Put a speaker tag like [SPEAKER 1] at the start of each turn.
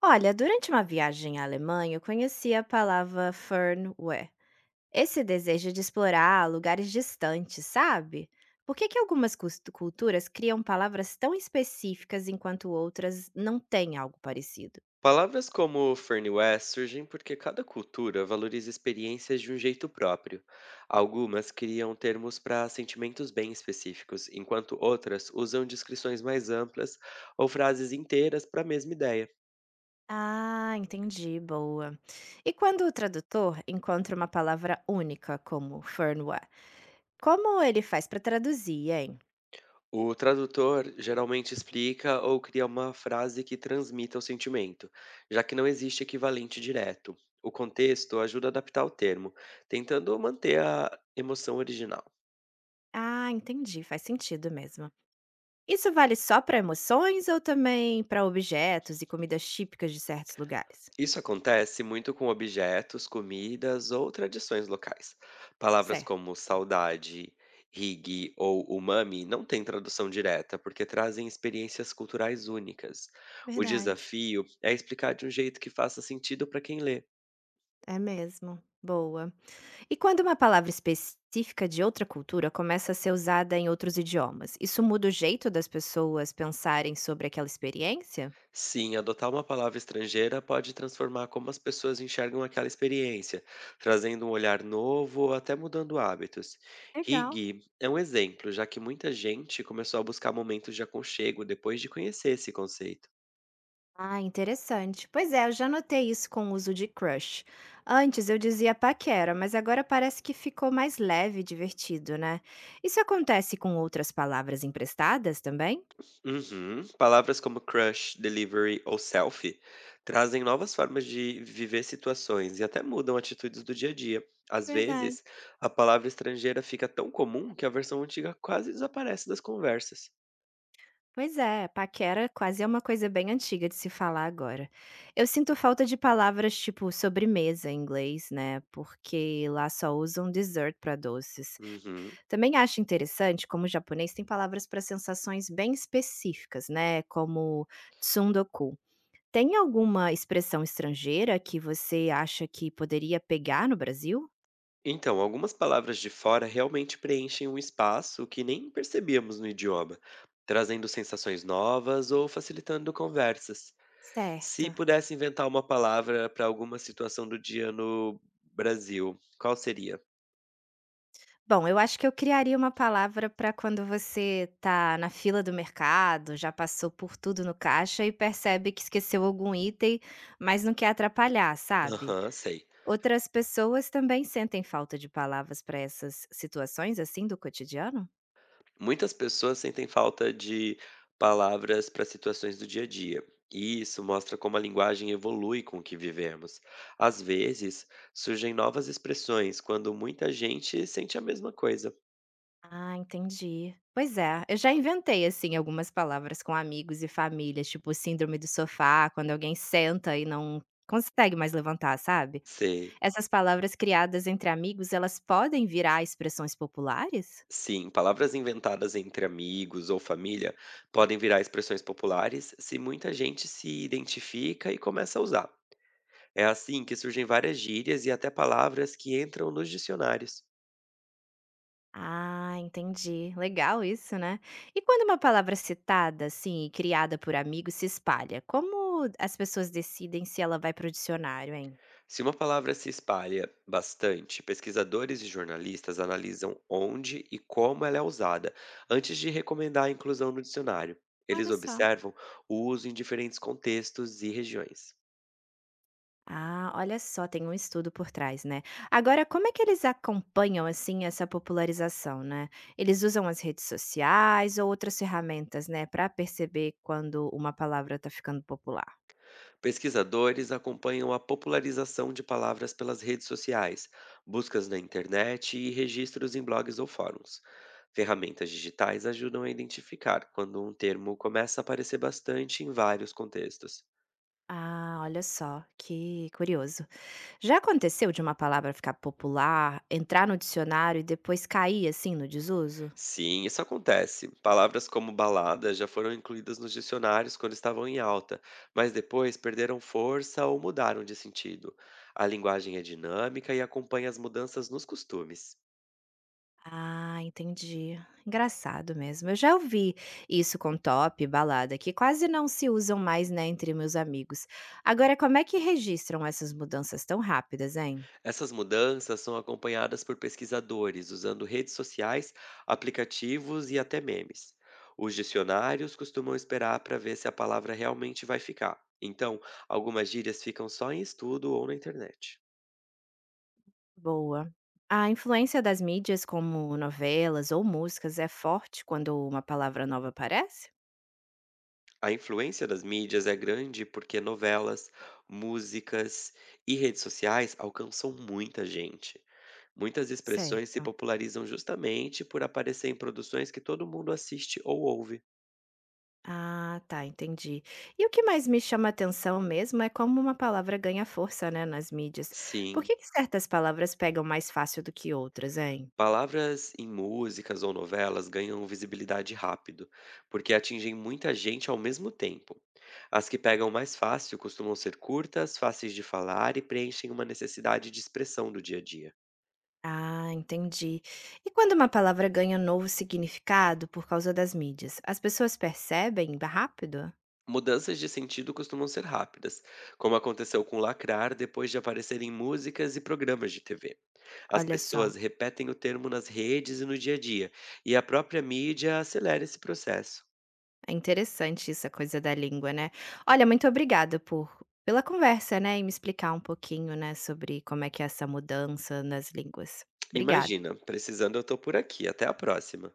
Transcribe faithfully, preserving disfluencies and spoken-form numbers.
[SPEAKER 1] Olha, durante uma viagem à Alemanha, eu conheci a palavra Fernweh. Esse desejo de explorar lugares distantes, sabe? Por que, que algumas cus- culturas criam palavras tão específicas enquanto outras não têm algo parecido?
[SPEAKER 2] Palavras como Fernie West surgem porque cada cultura valoriza experiências de um jeito próprio. Algumas criam termos para sentimentos bem específicos, enquanto outras usam descrições mais amplas ou frases inteiras para a mesma ideia.
[SPEAKER 1] Ah, entendi, boa. E quando o tradutor encontra uma palavra única como Fernweh, como ele faz para traduzir, hein?
[SPEAKER 2] O tradutor geralmente explica ou cria uma frase que transmita o sentimento, já que não existe equivalente direto. O contexto ajuda a adaptar o termo, tentando manter a emoção original.
[SPEAKER 1] Ah, entendi, faz sentido mesmo. Isso vale só para emoções ou também para objetos e comidas típicas de certos lugares?
[SPEAKER 2] Isso acontece muito com objetos, comidas ou tradições locais. Palavras
[SPEAKER 1] Certo,
[SPEAKER 2] como saudade, hig ou umami não têm tradução direta, porque trazem experiências culturais únicas. O
[SPEAKER 1] verdade.
[SPEAKER 2] desafio é explicar de um jeito que faça sentido para quem lê.
[SPEAKER 1] É mesmo. Boa. E quando uma palavra específica de outra cultura começa a ser usada em outros idiomas, isso muda o jeito das pessoas pensarem sobre aquela experiência?
[SPEAKER 2] Sim, adotar uma palavra estrangeira pode transformar como as pessoas enxergam aquela experiência, trazendo um olhar novo ou até mudando hábitos.
[SPEAKER 1] Legal.
[SPEAKER 2] Higgy é um exemplo, já que muita gente começou a buscar momentos de aconchego depois de conhecer esse conceito.
[SPEAKER 1] Ah, interessante. Pois é, eu já notei isso com o uso de crush. Antes eu dizia paquera, mas agora parece que ficou mais leve e divertido, né? Isso acontece com outras palavras emprestadas também?
[SPEAKER 2] Uhum. Palavras como crush, delivery ou selfie trazem novas formas de viver situações e até mudam atitudes do dia a dia. Às
[SPEAKER 1] Verdade.
[SPEAKER 2] vezes, a palavra estrangeira fica tão comum que a versão antiga quase desaparece das conversas.
[SPEAKER 1] Pois é, paquera quase é uma coisa bem antiga de se falar agora. Eu sinto falta de palavras tipo sobremesa em inglês, né? Porque lá só usam dessert para doces.
[SPEAKER 2] Uhum.
[SPEAKER 1] Também acho interessante como o japonês tem palavras para sensações bem específicas, né? Como tsundoku. Tem alguma expressão estrangeira que você acha que poderia pegar no Brasil?
[SPEAKER 2] Então, algumas palavras de fora realmente preenchem um espaço que nem percebíamos no idioma, trazendo sensações novas ou facilitando conversas.
[SPEAKER 1] Certo.
[SPEAKER 2] Se pudesse inventar uma palavra para alguma situação do dia no Brasil, qual seria?
[SPEAKER 1] Bom, eu acho que eu criaria uma palavra para quando você tá na fila do mercado, já passou por tudo no caixa e percebe que esqueceu algum item, mas não quer atrapalhar, sabe?
[SPEAKER 2] Aham, sei.
[SPEAKER 1] Outras pessoas também sentem falta de palavras para essas situações assim do cotidiano?
[SPEAKER 2] Muitas pessoas sentem falta de palavras para situações do dia a dia. E isso mostra como a linguagem evolui com o que vivemos. Às vezes, surgem novas expressões quando muita gente sente a mesma coisa.
[SPEAKER 1] Ah, entendi. Pois é, eu já inventei, assim, algumas palavras com amigos e família, tipo síndrome do sofá, quando alguém senta e não consegue mais levantar, sabe?
[SPEAKER 2] Sei.
[SPEAKER 1] Essas palavras criadas entre amigos, elas podem virar expressões populares?
[SPEAKER 2] Sim, palavras inventadas entre amigos ou família podem virar expressões populares se muita gente se identifica e começa a usar. É assim que surgem várias gírias e até palavras que entram nos dicionários.
[SPEAKER 1] Ah, entendi. Legal isso, né? E quando uma palavra citada, assim, e criada por amigos se espalha, como as pessoas decidem se ela vai para o dicionário, hein?
[SPEAKER 2] Se uma palavra se espalha bastante, pesquisadores e jornalistas analisam onde e como ela é usada antes de recomendar a inclusão no dicionário. Eles
[SPEAKER 1] Olha só.
[SPEAKER 2] observam o uso em diferentes contextos e regiões.
[SPEAKER 1] Ah, olha só, tem um estudo por trás, né? Agora, como é que eles acompanham assim essa popularização, né? Eles usam as redes sociais ou outras ferramentas, né, para perceber quando uma palavra tá ficando popular?
[SPEAKER 2] Pesquisadores acompanham a popularização de palavras pelas redes sociais, buscas na internet e registros em blogs ou fóruns. Ferramentas digitais ajudam a identificar quando um termo começa a aparecer bastante em vários contextos.
[SPEAKER 1] Ah, olha só, que curioso. Já aconteceu de uma palavra ficar popular, entrar no dicionário e depois cair assim no desuso?
[SPEAKER 2] Sim, isso acontece. Palavras como balada já foram incluídas nos dicionários quando estavam em alta, mas depois perderam força ou mudaram de sentido. A linguagem é dinâmica e acompanha as mudanças nos costumes.
[SPEAKER 1] Ah, entendi. Engraçado mesmo. Eu já ouvi isso com top, balada, que quase não se usam mais, né, entre meus amigos. Agora, como é que registram essas mudanças tão rápidas, hein?
[SPEAKER 2] Essas mudanças são acompanhadas por pesquisadores usando redes sociais, aplicativos e até memes. Os dicionários costumam esperar para ver se a palavra realmente vai ficar. Então, algumas gírias ficam só em estudo ou na internet.
[SPEAKER 1] Boa. A influência das mídias, como novelas ou músicas, é forte quando uma palavra nova aparece?
[SPEAKER 2] A influência das mídias é grande porque novelas, músicas e redes sociais alcançam muita gente. Muitas expressões se
[SPEAKER 1] Certo.
[SPEAKER 2] popularizam justamente por aparecer em produções que todo mundo assiste ou ouve.
[SPEAKER 1] Ah, tá, entendi. E o que mais me chama atenção mesmo é como uma palavra ganha força, né, nas mídias. Por
[SPEAKER 2] Sim,
[SPEAKER 1] que que certas palavras pegam mais fácil do que outras, hein?
[SPEAKER 2] palavras em músicas ou novelas ganham visibilidade rápido, porque atingem muita gente ao mesmo tempo. As que pegam mais fácil costumam ser curtas, fáceis de falar e preenchem uma necessidade de expressão do dia a dia.
[SPEAKER 1] Ah, entendi. E quando uma palavra ganha um novo significado por causa das mídias, as pessoas percebem rápido?
[SPEAKER 2] Mudanças de sentido costumam ser rápidas, como aconteceu com Lacrar depois de aparecer em músicas e programas de T V. As
[SPEAKER 1] Olha só,
[SPEAKER 2] pessoas repetem o termo nas redes e no dia a dia, e a própria mídia acelera esse processo.
[SPEAKER 1] é interessante essa coisa da língua, né? Olha, muito obrigada por pela conversa, né, e me explicar um pouquinho, né, sobre como é que é essa mudança nas línguas. Obrigada.
[SPEAKER 2] Imagina, precisando eu tô por aqui. Até a próxima.